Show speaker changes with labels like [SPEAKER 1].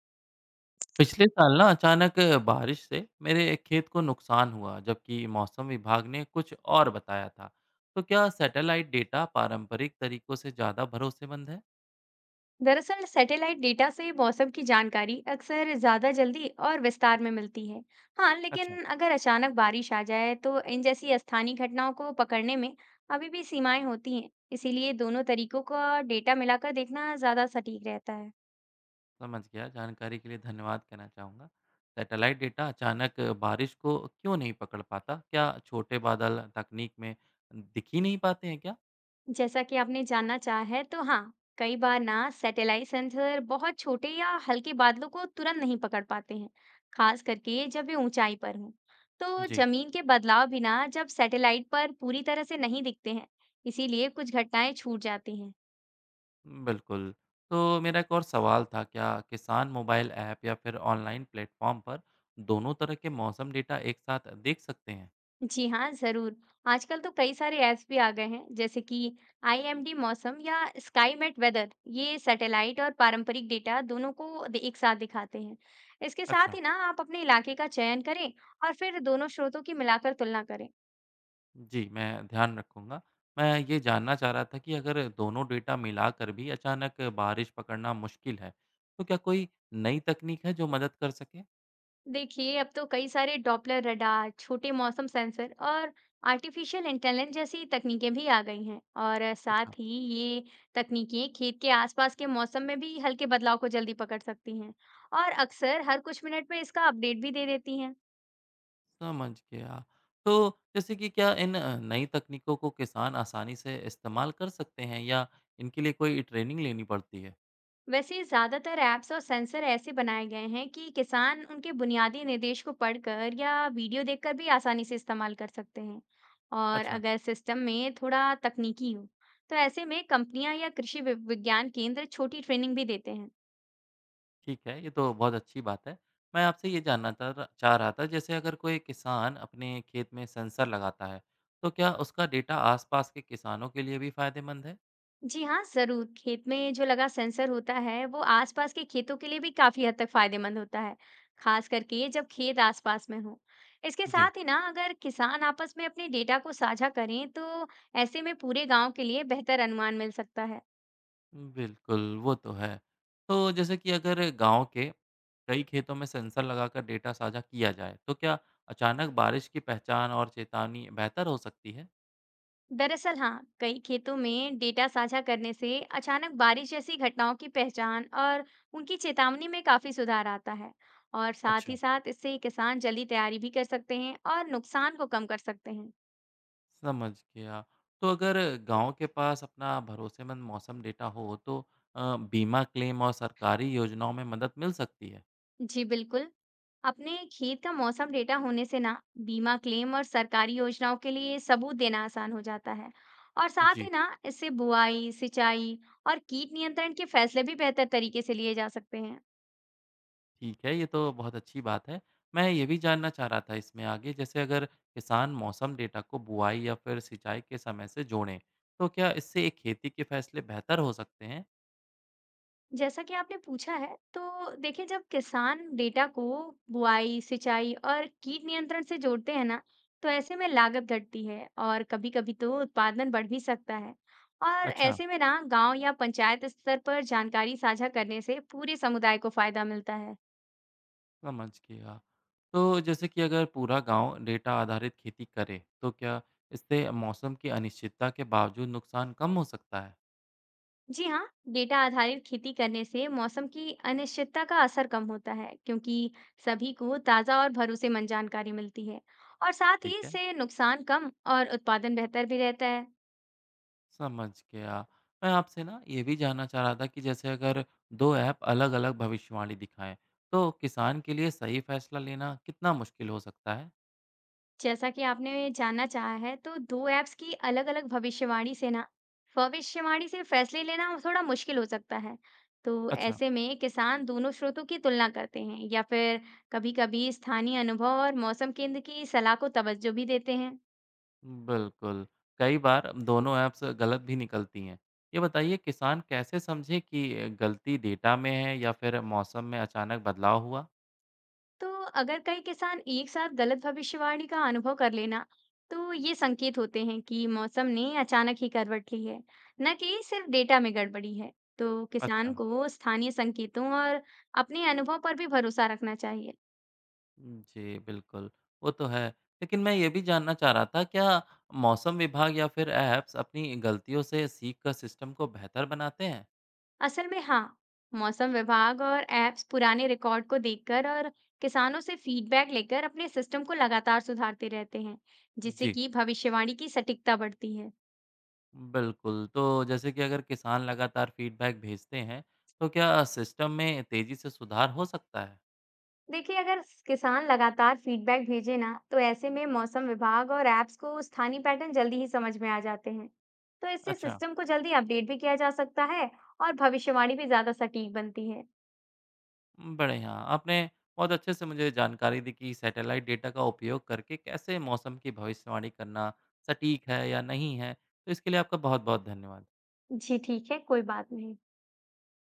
[SPEAKER 1] पिछले साल ना अचानक बारिश से मेरे खेत को नुकसान हुआ जबकि मौसम विभाग ने कुछ और बताया था। तो क्या सैटेलाइट डेटा पारंपरिक तरीकों से ज़्यादा भरोसेमंद है?
[SPEAKER 2] दरअसल सैटेलाइट डेटा से मौसम की जानकारी अक्सर ज़्यादा जल्दी और विस्तार में मिलती है। हाँ, लेकिन
[SPEAKER 1] अच्छा,
[SPEAKER 2] अगर अचानक बारिश आ जाए तो इन जैसी स्थानीय घटनाओं को पकड़ने में अभी भी सीमाएं होती हैं। इसीलिए दोनों तरीकों का डेटा मिलाकर देखना ज़्यादा सटीक रहता है।
[SPEAKER 1] समझ गया। जानकारी के लिए धन्यवाद कहना चाहूँगा। सैटेलाइट डेटा अचानक बारिश को क्यों नहीं पकड़ पाता? क्या छोटे बादल तकनीक में दिख ही नहीं पाते हैं क्या?
[SPEAKER 2] जैसा कि आपने जानना चाहा है तो हाँ, कई बार ना सैटेलाइट सेंसर बहुत छोटे या हल्के बादलों को तुरंत नहीं पकड़ पाते हैं, खास करके जब वे ऊंचाई पर हों। तो
[SPEAKER 1] जी।
[SPEAKER 2] जमीन के बदलाव भी ना जब सैटेलाइट पर पूरी तरह से नहीं दिखते हैं, इसीलिए कुछ घटनाएं छूट जाती हैं।
[SPEAKER 1] बिल्कुल। तो मेरा एक और सवाल था, क्या किसान मोबाइल ऐप या फिर ऑनलाइन प्लेटफ़ॉर्म पर दोनों तरह के मौसम डेटा एक साथ देख सकते हैं?
[SPEAKER 2] जी हाँ, ज़रूर। आजकल तो कई सारे ऐप्स भी आ गए हैं, जैसे कि आईएमडी मौसम या स्काईमेट वेदर। ये सैटेलाइट और पारंपरिक डेटा दोनों को द एक साथ दिखाते हैं। इसके साथ
[SPEAKER 1] अच्छा।
[SPEAKER 2] ही ना आप अपने इलाके का चयन करें और फिर दोनों स्रोतों की मिलाकर तुलना करें।
[SPEAKER 1] जी, मैं ध्यान रखूँगा। मैं ये जानना चाह रहा था कि अगर दोनों डेटा मिलाकर भी अचानक बारिश पकड़ना मुश्किल है, तो क्या कोई नई तकनीक है जो मदद कर सके?
[SPEAKER 2] देखिए, अब तो कई सारे डॉपलर रडार, छोटे मौसम सेंसर और आर्टिफिशियल इंटेलिजेंस जैसी तकनीकें भी आ गई हैं। और
[SPEAKER 1] अच्छा।
[SPEAKER 2] साथ ही ये तकनीकें खेत के आसपास के मौसम में भी हल्के बदलाव को जल्दी पकड़ सकती हैं, और अक्सर हर कुछ मिनट में इसका अपडेट भी दे देती हैं।
[SPEAKER 1] समझ गया। तो जैसे कि क्या इन नई तकनीकों को किसान आसानी से इस्तेमाल कर सकते हैं या इनके लिए कोई ट्रेनिंग लेनी पड़ती है?
[SPEAKER 2] वैसे ज्यादातर ऐप्स और सेंसर ऐसे बनाए गए हैं कि किसान उनके बुनियादी निर्देश को पढ़कर या वीडियो देखकर भी आसानी से इस्तेमाल कर सकते हैं। और
[SPEAKER 1] अच्छा।
[SPEAKER 2] अगर सिस्टम में थोड़ा तकनीकी हो, तो ऐसे में कंपनियां या कृषि विज्ञान केंद्र छोटी ट्रेनिंग भी देते हैं।
[SPEAKER 1] ठीक है, ये तो बहुत अच्छी बात है। मैं आपसे ये जानना चाह रहा था, जैसे अगर कोई किसान अपने खेत में सेंसर लगाता है, तो क्या उसका डेटा आसपास के किसानों के लिए भी फ़ायदेमंद है?
[SPEAKER 2] जी हाँ, ज़रूर। खेत में जो लगा सेंसर होता है, वो आसपास के खेतों के लिए भी काफ़ी हद तक फ़ायदेमंद होता है, खास करके जब खेत आसपास में हो। इसके
[SPEAKER 1] जी।
[SPEAKER 2] साथ ही ना अगर किसान आपस में अपने डेटा को साझा करें, तो ऐसे में पूरे गांव के लिए बेहतर अनुमान मिल सकता है।
[SPEAKER 1] बिल्कुल, वो तो है। तो जैसे कि अगर गाँव के कई खेतों में सेंसर लगाकर डेटा साझा किया जाए, तो क्या अचानक बारिश की पहचान और चेतावनी बेहतर हो सकती है?
[SPEAKER 2] दरअसल हाँ, कई खेतों में डेटा साझा करने से अचानक बारिश जैसी घटनाओं की पहचान और उनकी चेतावनी में काफ़ी सुधार आता है। और साथ
[SPEAKER 1] अच्छा।
[SPEAKER 2] ही साथ इससे किसान जल्दी तैयारी भी कर सकते हैं और नुकसान को कम कर सकते हैं।
[SPEAKER 1] समझ गया। तो अगर गाँव के पास अपना भरोसेमंद मौसम डेटा हो तो बीमा क्लेम और सरकारी योजनाओं में मदद मिल सकती है।
[SPEAKER 2] जी बिल्कुल। अपने खेत का मौसम डेटा होने से ना बीमा क्लेम और सरकारी योजनाओं के लिए सबूत देना आसान हो जाता है। और साथ
[SPEAKER 1] जी।
[SPEAKER 2] ही ना इससे बुआई, सिंचाई और कीट नियंत्रण के फैसले भी बेहतर तरीके से लिए जा सकते हैं।
[SPEAKER 1] ठीक है, ये तो बहुत अच्छी बात है। मैं ये भी जानना चाह रहा था इसमें आगे, जैसे अगर किसान मौसम डेटा को बुआई या फिर सिंचाई के समय से जोड़ें, तो क्या इससे खेती के फैसले बेहतर हो सकते हैं?
[SPEAKER 2] जैसा कि आपने पूछा है, तो देखिए, जब किसान डेटा को बुआई, सिंचाई और कीट नियंत्रण से जोड़ते हैं ना, तो ऐसे में लागत घटती है और कभी कभी तो उत्पादन बढ़ भी सकता है। और
[SPEAKER 1] अच्छा।
[SPEAKER 2] ऐसे में ना गांव या पंचायत स्तर पर जानकारी साझा करने से पूरे समुदाय को फायदा मिलता है।
[SPEAKER 1] समझ गया। तो जैसे कि अगर पूरा गांव डेटा आधारित खेती करे, तो क्या इससे मौसम की अनिश्चितता के बावजूद नुकसान कम हो सकता है?
[SPEAKER 2] जी हाँ, डेटा आधारित खेती करने से मौसम की अनिश्चितता का असर कम होता है, क्योंकि सभी को ताजा और भरोसेमंद जानकारी मिलती है। और साथ
[SPEAKER 1] ठीक
[SPEAKER 2] ही
[SPEAKER 1] है।
[SPEAKER 2] इससे नुकसान कम और उत्पादन बेहतर भी रहता है।
[SPEAKER 1] समझ गया। मैं आपसे ना ये भी जानना चाह रहा था कि जैसे अगर दो ऐप अलग-अलग भविष्यवाणी दिखाएं, तो किसान के लिए सही फैसला लेना कितना मुश्किल हो सकता है?
[SPEAKER 2] जैसा कि आपने जानना चाहा है, तो 2 ऐप्स की अलग-अलग भविष्यवाणी से फैसले लेना थोड़ा मुश्किल हो सकता है। तो
[SPEAKER 1] अच्छा।
[SPEAKER 2] ऐसे में किसान दोनों स्रोतों की तुलना करते हैं या फिर कभी-कभी स्थानीय अनुभव और मौसम केंद्र की सलाह को तवज्जो भी देते हैं।
[SPEAKER 1] बिल्कुल। कई बार दोनों ऐप्स गलत भी निकलती हैं। ये बताइए, किसान कैसे समझे कि गलती डेटा में है या फिर मौसम में अचानक बदलाव हुआ?
[SPEAKER 2] तो अगर कई किसान एक साथ गलत भविष्यवाणी का अनुभव कर लेना, तो ये संकेत होते हैं कि मौसम ने अचानक ही करवट ली है, न कि सिर्फ डेटा में गड़बड़ी है। तो किसान
[SPEAKER 1] अच्छा।
[SPEAKER 2] को स्थानीय संकेतों और अपने अनुभव पर भी भरोसा रखना चाहिए।
[SPEAKER 1] जी, बिल्कुल, वो तो है। लेकिन मैं ये भी जानना चाह रहा था, क्या मौसम विभाग या फिर ऐप्स अपनी गलतियों से सीख कर सिस्टम को बेहतर बनाते हैं?
[SPEAKER 2] असल में हाँ, मौसम विभाग और ऐप्स पुराने रिकॉर्ड को देखकर और किसानों से फीडबैक लेकर अपने सिस्टम को लगातार सुधारते रहते हैं, जिससे
[SPEAKER 1] जी,
[SPEAKER 2] कि भविष्यवाणी की सटीकता बढ़ती है।
[SPEAKER 1] बिल्कुल। तो जैसे कि अगर किसान लगातार फीडबैक भेजते हैं, तो क्या सिस्टम में तेज़ी से सुधार हो सकता है?
[SPEAKER 2] देखिए, अगर किसान लगातार फीडबैक भेजे ना, तो ऐसे में मौसम विभाग और ऐप्स को स्थानीय पैटर्न जल्दी ही समझ में आ जाते हैं। तो इससे
[SPEAKER 1] अच्छा,
[SPEAKER 2] सिस्टम को जल्दी अपडेट भी किया जा सकता है और भविष्यवाणी भी ज्यादा सटीक बनती है।
[SPEAKER 1] बढ़िया। आपने बहुत अच्छे से मुझे जानकारी दी कि सैटेलाइट डेटा का उपयोग करके कैसे मौसम की भविष्यवाणी करना सटीक है या नहीं है। तो इसके लिए आपका बहुत-बहुत धन्यवाद।
[SPEAKER 2] जी ठीक है, कोई बात नहीं।